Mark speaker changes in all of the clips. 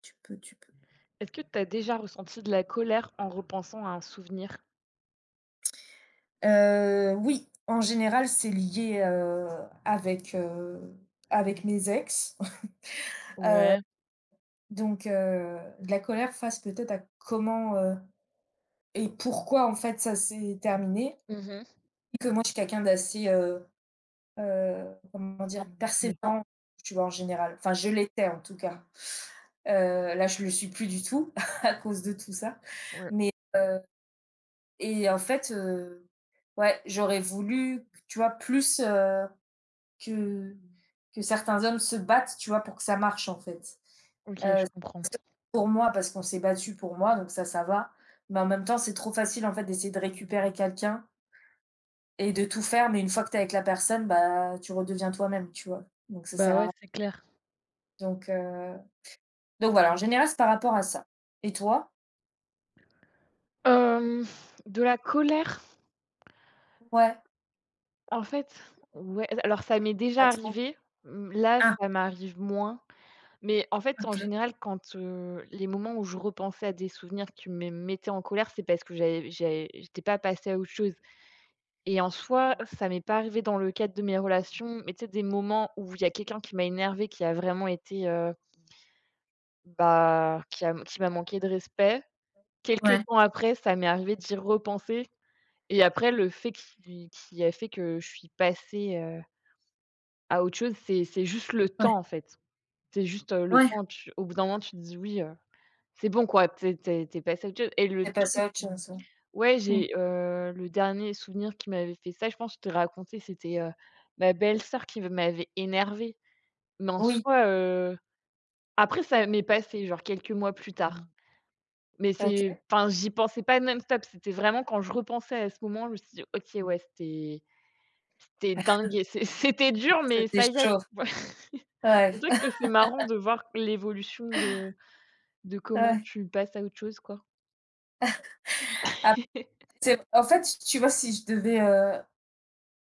Speaker 1: Tu peux, tu peux.
Speaker 2: Est-ce que tu as déjà ressenti de la colère en repensant à un souvenir?
Speaker 1: Oui, en général, c'est lié, avec, heu, avec mes ex.
Speaker 2: Ouais.
Speaker 1: Donc, de la colère face peut-être à comment et pourquoi en fait ça s'est terminé.
Speaker 2: Mmh mh.
Speaker 1: Que moi je suis quelqu'un d'assez, comment dire?
Speaker 2: Oui.
Speaker 1: Persévérant, tu vois? En général. Enfin, je l'étais en tout cas. Heu, Là, je le suis plus du tout à cause de tout ça.
Speaker 2: Ouais.
Speaker 1: Mais, heu et en fait, ouais, j'aurais voulu, tu vois? Plus, Que que certains hommes se battent, tu vois, pour que ça marche, en fait.
Speaker 2: OK,
Speaker 1: Heu,
Speaker 2: je comprends.
Speaker 1: pour moi, parce qu'on s'est battu pour moi, donc ça va. Mais en même temps, c'est trop facile, en fait, d'essayer de récupérer quelqu'un et de tout faire, mais une fois que tu es avec la personne, bah, tu redeviens toi-même, tu vois? Donc ça
Speaker 2: Bah,
Speaker 1: sert à
Speaker 2: ouais,
Speaker 1: rien.
Speaker 2: c'est clair.
Speaker 1: Donc heu, donc voilà, en général, c'est par rapport à ça. Et toi?
Speaker 2: Hem, de la colère,
Speaker 1: Ouais,
Speaker 2: en fait, ouais, alors ça m'est déjà
Speaker 1: pas trop.
Speaker 2: arrivé. Mmh, là,
Speaker 1: Ah,
Speaker 2: ça m'arrive moins. Mais en fait, en
Speaker 1: OK.
Speaker 2: général, quand, les moments où je repensais à des souvenirs qui me mettaient en colère, c'est parce que j'étais pas passée à autre chose. Et en soi, ça m'est pas arrivé dans le cadre de mes relations, mais tu sais, des moments où il y a quelqu'un qui m'a énervée, qui a vraiment été, bah, qui m'a manqué de respect. Quelque
Speaker 1: Ouais,
Speaker 2: temps après, ça m'est arrivé d'y repenser et après le fait qui a fait que je suis passée, à autre chose, c'est juste le
Speaker 1: ouais,
Speaker 2: temps, en fait. C'est juste, le
Speaker 1: ouais.
Speaker 2: temps, tu au bout d'un moment, tu te dis: «Oui, c'est bon quoi, tu es passée à autre chose» et le
Speaker 1: Tu es passé
Speaker 2: truc
Speaker 1: à autre chose, ouais.
Speaker 2: ouais,
Speaker 1: Mmh.
Speaker 2: j'ai, le dernier souvenir qui m'avait fait ça, je pense, je t'ai raconté, c'était, ma belle-sœur qui m'avait énervée. Mais en
Speaker 1: Oui.
Speaker 2: soi, après ça m'est passé, genre quelques mois plus tard. Mais
Speaker 1: OK.
Speaker 2: c'est enfin, j'y pensais pas non-stop, c'était vraiment quand je repensais à ce moment, je me suis dit: «OK, ouais, c'était dingue et c'est c'était dur, mais
Speaker 1: C'était
Speaker 2: ça y est»,
Speaker 1: chaud.
Speaker 2: tu vois?
Speaker 1: Ouais,
Speaker 2: C'est vrai que c'est marrant de voir l'évolution de comment
Speaker 1: ouais.
Speaker 2: tu passes à autre chose, quoi.
Speaker 1: Ah. C'est en fait, tu vois, si je devais,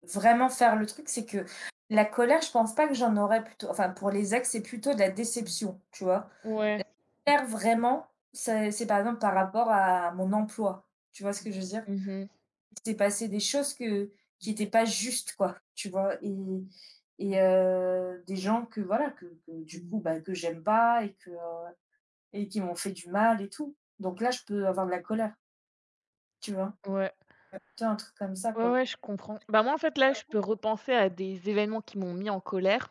Speaker 1: vraiment faire le truc, c'est que la colère, je pense pas que j'en aurais plutôt enfin, pour les ex, c'est plutôt de la déception, tu vois?
Speaker 2: Ouais.
Speaker 1: Colère vraiment, c'est par exemple par rapport à mon emploi, tu vois ce que je veux dire?
Speaker 2: Mmh,
Speaker 1: Il s'est passé des choses que qui étaient pas justes, quoi, tu vois? Et des gens que voilà, que du coup, bah, que j'aime pas et qui m'ont fait du mal et tout. Donc là, je peux avoir de la colère, tu vois?
Speaker 2: ouais.
Speaker 1: Tu vois, un truc comme ça,
Speaker 2: Ouais,
Speaker 1: quoi.
Speaker 2: ouais, je comprends. Bah, moi, en fait, là, je peux repenser à des événements qui m'ont mis en colère,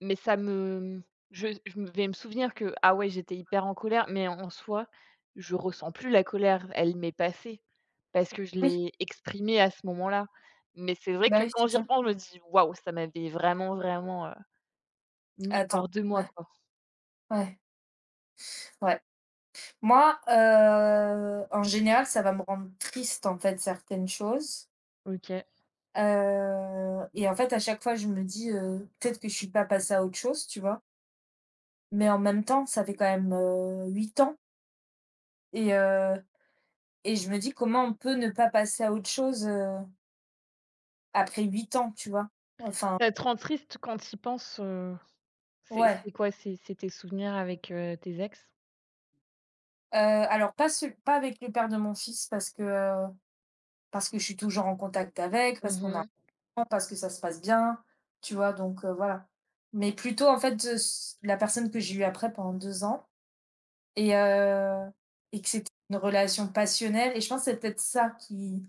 Speaker 2: mais ça me je me vais me souvenir que, ah ouais, j'étais hyper en colère, mais en soi, je ressens plus la colère, elle m'est passée parce que je
Speaker 1: Oui,
Speaker 2: l'ai exprimée à ce moment-là. Mais c'est vrai que
Speaker 1: bah, oui,
Speaker 2: quand
Speaker 1: c'est
Speaker 2: j'y
Speaker 1: ça.
Speaker 2: repense, je me dis: «Waouh, ça m'avait vraiment, vraiment, mis
Speaker 1: Attends,
Speaker 2: hors de moi,
Speaker 1: ouais,
Speaker 2: quoi».
Speaker 1: ouais, ouais. Moi, en général, ça va me rendre triste, en fait, certaines choses,
Speaker 2: OK.
Speaker 1: et en fait, à chaque fois, je me dis, «Peut-être que je suis pas passée à autre chose», tu vois? Mais en même temps, ça fait quand même, 8 ans et heu et je me dis: «Comment on peut ne pas passer à autre chose, après 8 ans», tu vois? Enfin,
Speaker 2: Ça te rend triste quand tu y penses? C'est
Speaker 1: ouais,
Speaker 2: quoi? C'est tes souvenirs avec, tes ex?
Speaker 1: alors pas avec le père de mon fils parce que je suis toujours en contact avec, parce qu'on a
Speaker 2: Mhm.
Speaker 1: Parce que ça se passe bien, tu vois? Donc, voilà. Mais plutôt, en fait, de s la personne que j'ai eue après pendant 2 ans et heu et que c'était une relation passionnelle et je pense que c'est peut-être ça qui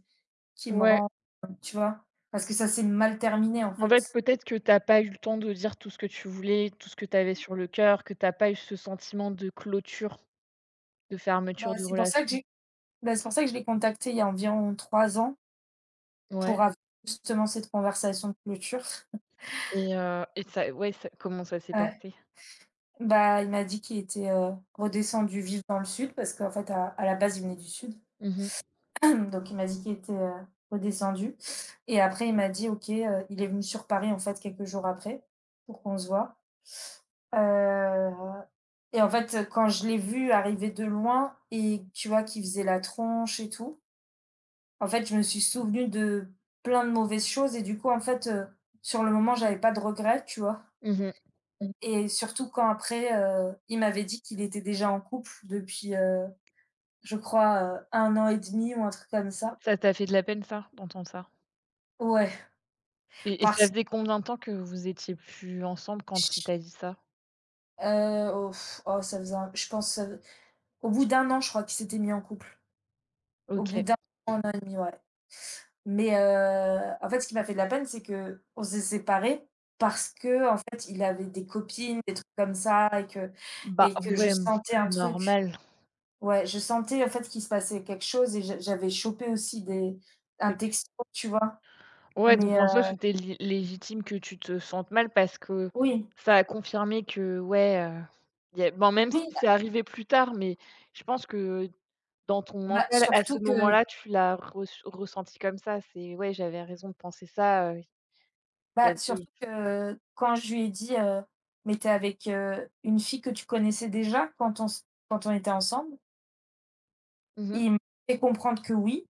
Speaker 1: qui me
Speaker 2: Ouais.
Speaker 1: rend, tu vois? Parce que ça s'est mal terminé, en
Speaker 2: En fait,
Speaker 1: fait.
Speaker 2: peut-être que t'as pas eu le temps de dire tout ce que tu voulais, tout ce que tu avais sur le cœur, que t'as pas eu ce sentiment de clôture, de fermeture
Speaker 1: Bah,
Speaker 2: de
Speaker 1: c'est pour ça que
Speaker 2: relation.
Speaker 1: j'ai Bah, c'est pour ça que je l'ai contacté il y a environ 3 ans pour
Speaker 2: Ouais.
Speaker 1: avoir justement cette conversation de clôture.
Speaker 2: Et ça ouais, ça, comment ça s'est
Speaker 1: Ouais,
Speaker 2: passé?
Speaker 1: bah, il m'a dit qu'il était, redescendu vivre dans le sud parce qu'en fait, à la base, il venait du sud.
Speaker 2: Mmh mh.
Speaker 1: Donc il m'a dit qu'il était, redescendu et après il m'a dit: «OK», il est venu sur Paris, en fait, quelques jours après pour qu'on se voit heu et en fait, quand je l'ai vu arriver de loin et tu vois, qu'il faisait la tronche et tout, en fait, je me suis souvenue de plein de mauvaises choses et du coup, en fait, sur le moment, j'avais pas de regrets, tu vois?
Speaker 2: Mmh.
Speaker 1: Et surtout quand après, il m'avait dit qu'il était déjà en couple depuis, je crois, 1 an et demi ou un truc comme ça.
Speaker 2: Ça t'a fait de la peine ça, d'entendre ça?
Speaker 1: Ouais,
Speaker 2: Et ça
Speaker 1: parce
Speaker 2: faisait combien de temps que vous étiez plus ensemble quand il
Speaker 1: ch
Speaker 2: t'a dit ça?
Speaker 1: Heu, oh oh, ça faisait un je pense, au bout d'1 an, je crois qu'ils s'étaient mis en couple. Au bout
Speaker 2: OK.
Speaker 1: d'un an, 1 an et demi, ouais. En fait, ce qui m'a fait de la peine, c'est qu'on s'est séparés parce qu'en fait, il avait des copines, des trucs comme ça et que
Speaker 2: Bah,
Speaker 1: et que je
Speaker 2: ouais, mmh,
Speaker 1: sentais un truc.
Speaker 2: normal.
Speaker 1: Ouais, je sentais en fait qu'il se passait quelque chose et j'avais chopé aussi des un texto, tu vois?
Speaker 2: Ouais, donc
Speaker 1: Mais
Speaker 2: en soi,
Speaker 1: heu
Speaker 2: c'était lé légitime que tu te sentes mal parce que
Speaker 1: oui,
Speaker 2: ça a confirmé que ouais, y a bon, même si
Speaker 1: oui,
Speaker 2: c'est arrivé plus tard, mais je pense que dans ton
Speaker 1: bah,
Speaker 2: mental, à ce
Speaker 1: surtout que
Speaker 2: moment-là, tu l'as reç ressenti comme ça. C'est: «Ouais, j'avais raison de penser ça, y
Speaker 1: Bah,
Speaker 2: avait».
Speaker 1: surtout que quand je lui ai dit, «Mais t'es avec, une fille que tu connaissais déjà quand on s quand on était ensemble?»
Speaker 2: Mmh mh.
Speaker 1: il me fait comprendre que oui.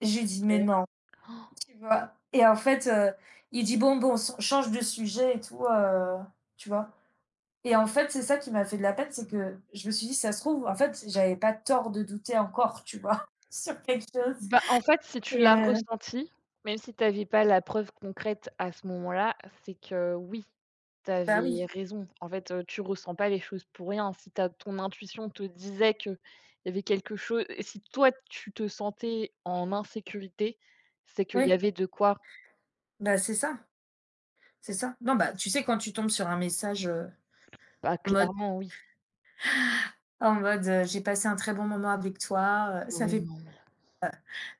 Speaker 1: J'ai dit: «Mais non»,
Speaker 2: OK.
Speaker 1: tu vois? Et en fait, il dit: «Bon, bon, ch change de sujet et tout», tu vois? Et en fait, c'est ça qui m'a fait de la peine, c'est que je me suis dit: «Ça se trouve, en fait, j'avais pas tort de douter encore», tu vois? Sur quelque chose
Speaker 2: Bah, en fait, si tu
Speaker 1: et
Speaker 2: l'as
Speaker 1: heu
Speaker 2: ressenti, même si tu avais pas la preuve concrète à ce moment-là, c'est que oui, tu
Speaker 1: Bah oui,
Speaker 2: avais raison. En fait, tu ressens pas les choses pour rien. Si ta ton intuition te disait qu'il y avait quelque chose et si toi tu te sentais en insécurité, c'est qu'il
Speaker 1: oui,
Speaker 2: y avait de quoi.
Speaker 1: bah, c'est ça, c'est ça. Non, bah, tu sais, quand tu tombes sur un message,
Speaker 2: Bah,
Speaker 1: en mode
Speaker 2: clairement oui.
Speaker 1: en mode: «J'ai passé un très bon moment avec toi, ça
Speaker 2: Ouais,
Speaker 1: fait
Speaker 2: non.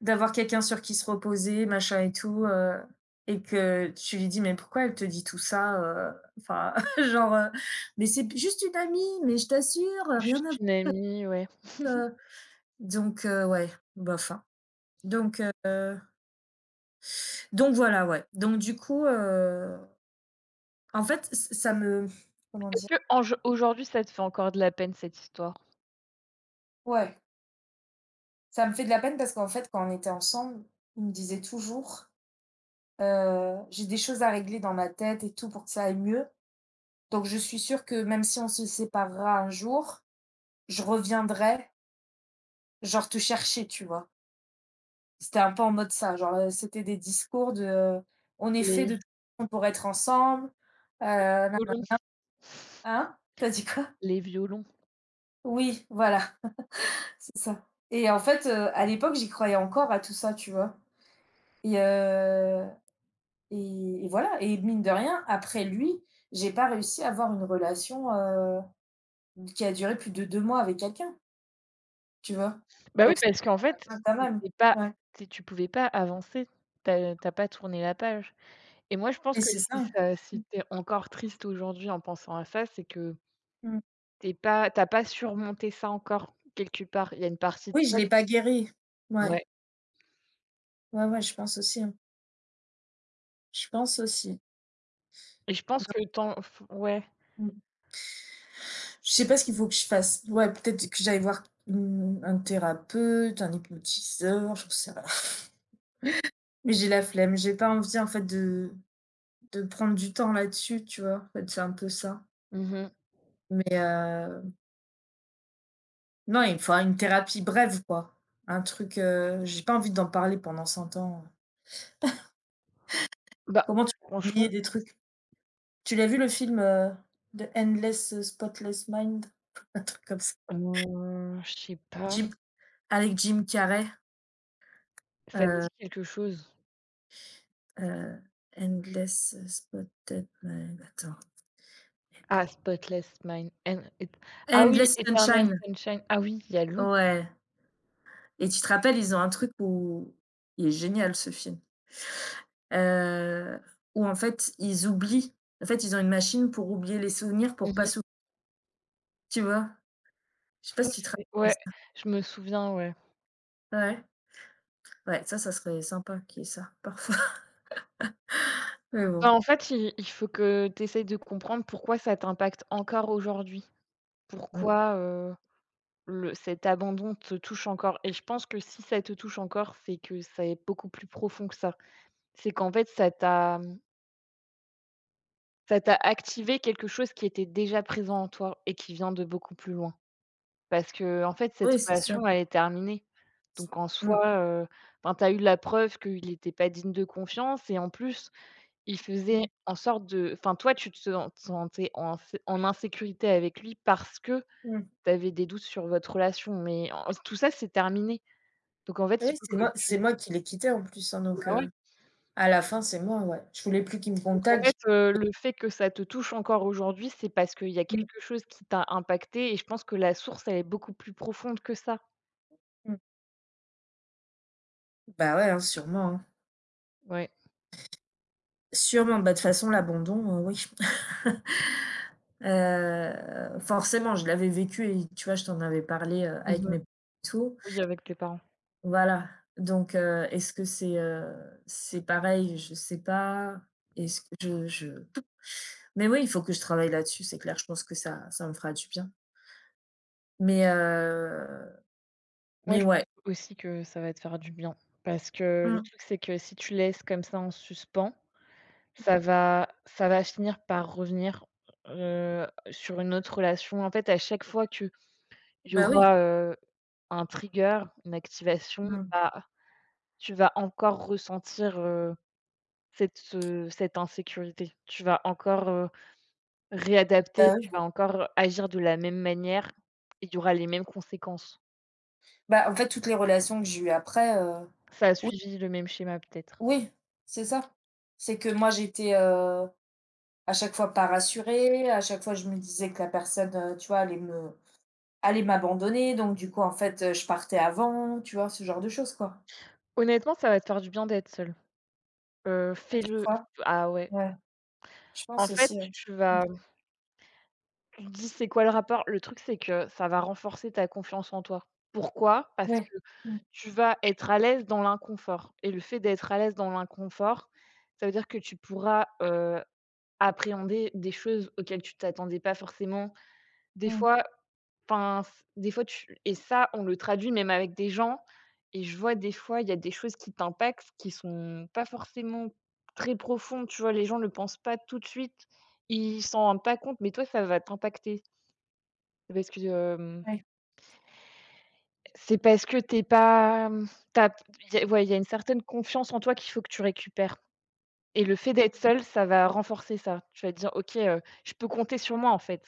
Speaker 1: d'avoir quelqu'un sur qui se reposer, machin et tout», et que tu lui dis: «Mais pourquoi elle te dit tout ça?» enfin, genre, «Mais c'est p juste une amie, mais je t'assure, rien à v
Speaker 2: Juste une amie, ouais.
Speaker 1: heu» ouais, bof, hein. Donc heu, donc voilà, ouais. Donc du coup, en fait, ç ça me comment dire?
Speaker 2: Est-ce qu'aujo aujourd'hui ça te fait encore de la peine cette histoire?
Speaker 1: Ouais, ça me fait de la peine parce qu'en fait, quand on était ensemble, il me disait toujours. J'ai des choses à régler dans ma tête et tout pour que ça aille mieux. Donc je suis sûre que même si on se séparera un jour, je reviendrai, genre, te chercher, tu vois? C'était un peu en mode ça, genre, c'était des discours de: «On est fait
Speaker 2: Les
Speaker 1: de toute pour être ensemble», nan
Speaker 2: violons,
Speaker 1: hein? T'as dit quoi?
Speaker 2: les violons.
Speaker 1: Oui, voilà, c'est ça. Et en fait, à l'époque, j'y croyais encore à tout ça, tu vois? Et heu et voilà et mine de rien, après lui, j'ai pas réussi à avoir une relation, qui a duré plus de 2 mois avec quelqu'un, tu vois?
Speaker 2: Bah, oui,
Speaker 1: Donc c'est
Speaker 2: parce qu'en fait,
Speaker 1: quand même pas mal.
Speaker 2: c'était pas
Speaker 1: Ouais.
Speaker 2: tu pouvais pas avancer. T'as as pas tourné la page et moi, je pense
Speaker 1: Mais
Speaker 2: que
Speaker 1: c'est ça.
Speaker 2: si
Speaker 1: Mmh
Speaker 2: tu encore triste aujourd'hui en pensant à ça, c'est que
Speaker 1: mh.
Speaker 2: t'as pas surmonté ça encore quelque part. Il y a une partie de
Speaker 1: Oui, je
Speaker 2: toi
Speaker 1: l'ai pas guéri. Ouais,
Speaker 2: ouais.
Speaker 1: ouais, ouais, je pense aussi, hein. Je pense aussi.
Speaker 2: Et je pense
Speaker 1: Donc
Speaker 2: que tant f ouais.
Speaker 1: Mmh. Je sais pas ce qu'il faut que je fasse. Ouais, peut-être que j'aille voir, mmh, un thérapeute, un hypnotiseur, j'en sais rien. Mais j'ai la flemme, j'ai pas envie, en fait, de prendre du temps là-dessus, tu vois? En fait, c'est un peu ça.
Speaker 2: Mmh.
Speaker 1: Mais heu, non, il me faudra une thérapie brève, quoi. Un truc, j'ai pas envie d'en parler pendant 100 ans.
Speaker 2: Bah,
Speaker 1: Comment tu peux
Speaker 2: franchement,
Speaker 1: oublier des trucs? Tu l'as vu le film, The Endless Spotless Mind? Un truc comme ça.
Speaker 2: je sais pas,
Speaker 1: Jim Avec Jim Carrey,
Speaker 2: ça me
Speaker 1: heu
Speaker 2: dit quelque chose.
Speaker 1: heu, Endless Spotted Mind, attends.
Speaker 2: Ah, Spotless Mind and et ah oui,
Speaker 1: Endless
Speaker 2: Eternal
Speaker 1: Sunshine,
Speaker 2: Sunshine. Ah oui, il y a longtemps.
Speaker 1: ouais et tu te rappelles, ils ont un truc où il est génial ce film, heu, où en fait, ils oublient. En fait, ils ont une machine pour oublier les souvenirs pour pas
Speaker 2: Mmh
Speaker 1: sou tu vois? Je sais pas
Speaker 2: Ça,
Speaker 1: si tu te rappelles
Speaker 2: c'est
Speaker 1: de
Speaker 2: ouais,
Speaker 1: ça?
Speaker 2: je me souviens, ouais.
Speaker 1: Ouais, ouais, ça serait sympa qu'il y ait ça parfois, mais bon.
Speaker 2: Bah, en fait, il faut que tu essayes de comprendre pourquoi ça t'impacte encore aujourd'hui.
Speaker 1: Mmh.
Speaker 2: Pourquoi, le cet abandon te touche encore et je pense que si ça te touche encore, c'est que ça est beaucoup plus profond que ça. C'est qu'en fait, Ça t'a activé quelque chose qui était déjà présent en toi et qui vient de beaucoup plus loin. Parce que en fait, cette
Speaker 1: Oui, c'est sûr.
Speaker 2: relation, elle est terminée. Donc en
Speaker 1: Mmh.
Speaker 2: soi, enfin, tu as eu la preuve qu'il n'était pas digne de confiance et en plus, il faisait
Speaker 1: Mmh.
Speaker 2: en sorte de, enfin, toi, tu te sentais en insécurité avec lui parce que
Speaker 1: Mmh.
Speaker 2: tu avais des doutes sur votre relation, mais en tout ça, c'est terminé. Donc en fait, il
Speaker 1: Oui,
Speaker 2: faut
Speaker 1: c'est
Speaker 2: que
Speaker 1: moi c'est
Speaker 2: tu,
Speaker 1: moi qui l'ai quitté en plus, hein,
Speaker 2: bah, ouais.
Speaker 1: à la fin, c'est moi, ouais. Je voulais plus qu'il me
Speaker 2: Donc en
Speaker 1: contacte, j
Speaker 2: fait, le fait que ça te touche encore aujourd'hui, c'est parce qu'il y a
Speaker 1: mmh
Speaker 2: quelque chose qui t'a impacté et je pense que la source, elle est beaucoup plus profonde que ça.
Speaker 1: mh. Bah, ouais, hein.
Speaker 2: Ouais.
Speaker 1: Sûrement, bah, de toute façon l'abandon, oui. Forcément, je l'avais vécu et tu vois, je t'en avais parlé,
Speaker 2: Mmh
Speaker 1: avec
Speaker 2: mh.
Speaker 1: mes et tout.
Speaker 2: Oui, avec tes parents.
Speaker 1: Voilà, est-ce que c'est pareil? Je sais pas. Est-ce que je mais oui, il faut que je travaille là-dessus, c'est clair, je pense que ça me fera du bien. Mais heu
Speaker 2: Moi,
Speaker 1: Mais
Speaker 2: je pense
Speaker 1: ouais.
Speaker 2: aussi que ça va te faire du bien parce que le
Speaker 1: Mmh,
Speaker 2: truc, c'est que si tu laisses comme ça en suspens,
Speaker 1: mmh.
Speaker 2: ça va finir par revenir, sur une autre relation. En fait, à chaque fois qu'il y
Speaker 1: Bah, oui.
Speaker 2: aura, un trigger, une activation,
Speaker 1: Mmh.
Speaker 2: bah, tu vas encore ressentir, Cette, ce cette insécurité. Tu vas encore, réadapter,
Speaker 1: Bah,
Speaker 2: tu
Speaker 1: oui.
Speaker 2: vas encore agir de la même manière et il y aura les mêmes conséquences.
Speaker 1: Bah, en fait, toutes les relations que j'ai eues après,
Speaker 2: Ça a
Speaker 1: oui,
Speaker 2: suivi le même schéma peut-être.
Speaker 1: oui, c'est ça. C'est que moi, j'étais, à chaque fois pas rassurée, à chaque fois, je me disais que la personne, tu vois, allait m'abandonner, donc du coup, en fait, je partais avant, tu vois? Ce genre de choses, quoi.
Speaker 2: Honnêtement, ça va te faire du bien d'être seul. Heu,
Speaker 1: Ouais, tu
Speaker 2: fais-le.
Speaker 1: crois?
Speaker 2: Ah ouais.
Speaker 1: Ouais, je
Speaker 2: En
Speaker 1: pense
Speaker 2: fait,
Speaker 1: aussi, hein. Mmh.
Speaker 2: tu te dis: «C'est quoi le rapport?» Le truc, c'est que ça va renforcer ta confiance en toi. Pourquoi? Parce
Speaker 1: Ouais.
Speaker 2: que
Speaker 1: Mmh.
Speaker 2: tu vas être à l'aise dans l'inconfort et le fait d'être à l'aise dans l'inconfort, ça veut dire que tu pourras, appréhender des choses auxquelles tu t'attendais pas forcément. Des
Speaker 1: Mmh.
Speaker 2: fois, enfin, c des fois tu et ça, on le traduit même avec des gens et je vois des fois, il y a des choses qui t'impactent qui sont pas forcément très profondes, tu vois? Les gens ne le pensent pas tout de suite, ils s'en rendent pas compte, mais toi, ça va t'impacter. C'est parce que, hem,
Speaker 1: Ouais.
Speaker 2: c'est parce que t'es pas, t'as tu il y a ouais, il y a une certaine confiance en toi qu'il faut que tu récupères et le fait d'être seul, ça va renforcer ça. Tu vas te dire: «OK, je peux compter sur moi, en fait».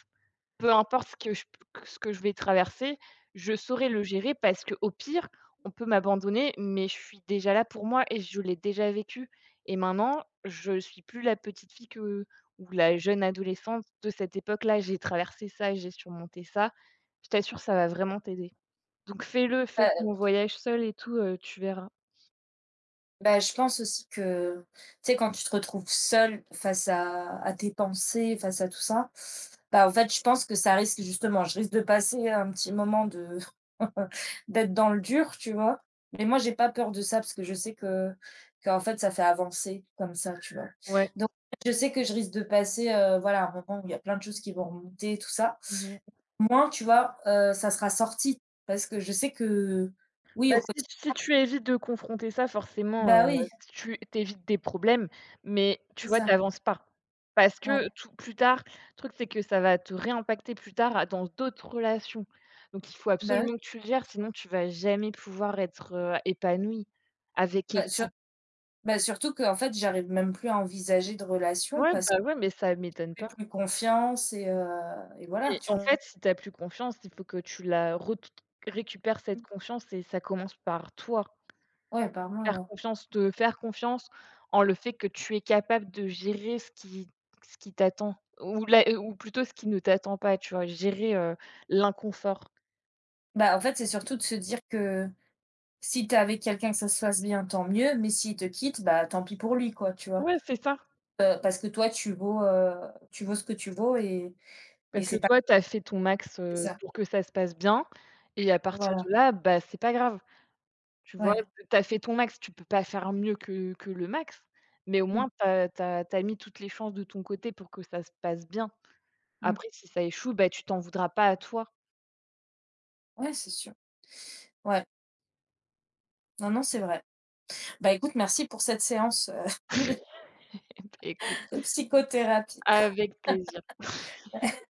Speaker 2: Peu importe ce que je p ce que je vais traverser, je saurai le gérer parce que au pire, on peut m'abandonner, mais je suis déjà là pour moi et je l'ai déjà vécu et maintenant, je suis plus la petite fille que ou la jeune adolescente de cette époque-là. J'ai traversé ça, j'ai surmonté ça. Je t'assure, ça va vraiment t'aider. Donc fais-le, fais
Speaker 1: Bah
Speaker 2: ton voyage seul et tout, tu verras.
Speaker 1: Bah, je pense aussi que, tu sais, quand tu te retrouves seule face à tes pensées, face à tout ça, bah, en fait, je pense que ça risque justement je risque de passer un petit moment de d'être dans le dur, tu vois? Mais moi, j'ai pas peur de ça parce que je sais que qu'en fait, ça fait avancer comme ça, tu vois?
Speaker 2: Ouais.
Speaker 1: Donc je sais que je risque de passer, voilà, un moment où il y a plein de choses qui vont remonter, tout ça.
Speaker 2: Mmh
Speaker 1: Moins, tu vois, ça sera sorti parce que je sais que oui,
Speaker 2: Bah,
Speaker 1: au
Speaker 2: si
Speaker 1: quotidien
Speaker 2: si tu évites de confronter ça, forcément,
Speaker 1: bah, oui,
Speaker 2: tu évites des problèmes, mais tu
Speaker 1: c'est
Speaker 2: vois, tu
Speaker 1: ça.
Speaker 2: avances pas. Parce que
Speaker 1: Ouais,
Speaker 2: tout plus tard, le truc, c'est que ça va te réimpacter plus tard à dans d'autres relations. Donc il faut
Speaker 1: bah,
Speaker 2: absolument
Speaker 1: oui.
Speaker 2: que tu le gères, sinon tu vas jamais pouvoir être, épanoui avec
Speaker 1: Bah,
Speaker 2: quelqu'un.
Speaker 1: sur Bah, surtout qu'en fait, j'arrive même plus à envisager de relation
Speaker 2: Ouais,
Speaker 1: parce que
Speaker 2: bah, ouais, mais ça m'étonne
Speaker 1: je fais
Speaker 2: pas
Speaker 1: plus confiance et voilà,
Speaker 2: et
Speaker 1: tu
Speaker 2: en
Speaker 1: vois?
Speaker 2: fait, si tu as plus confiance, il faut que tu la re récupères cette
Speaker 1: Mmh.
Speaker 2: confiance et ça commence par toi.
Speaker 1: Ouais, par mois,
Speaker 2: Faire
Speaker 1: ouais.
Speaker 2: confiance, te faire confiance en le fait que tu es capable de gérer ce qui t'attend ou la ou plutôt ce qui ne t'attend pas, tu vois? Gérer, l'inconfort.
Speaker 1: Bah, en fait, c'est surtout de se dire que si tu es avec quelqu'un que ça se passe bien, tant mieux, mais s'il te quitte, bah, tant pis pour lui, quoi, tu vois?
Speaker 2: Ouais, c'est ça.
Speaker 1: Parce que toi, tu vaux ce que tu vaux et
Speaker 2: Parce que
Speaker 1: c'est pas
Speaker 2: toi, tu as fait ton max,
Speaker 1: c'est ça.
Speaker 2: pour que ça se passe bien et à partir de
Speaker 1: Voilà,
Speaker 2: là, bah, c'est pas grave, tu vois?
Speaker 1: ouais.
Speaker 2: Tu as fait ton max, tu peux pas faire mieux que le max, mais au
Speaker 1: Mmh,
Speaker 2: moins tu as mis toutes les chances de ton côté pour que ça se passe bien.
Speaker 1: mmh.
Speaker 2: Après si ça échoue, bah, tu t'en voudras pas à toi.
Speaker 1: Ouais, c'est sûr. Ouais. Non, non, c'est vrai. Bah, écoute, merci pour cette séance, de
Speaker 2: Écoute,
Speaker 1: de psychothérapie.
Speaker 2: avec plaisir.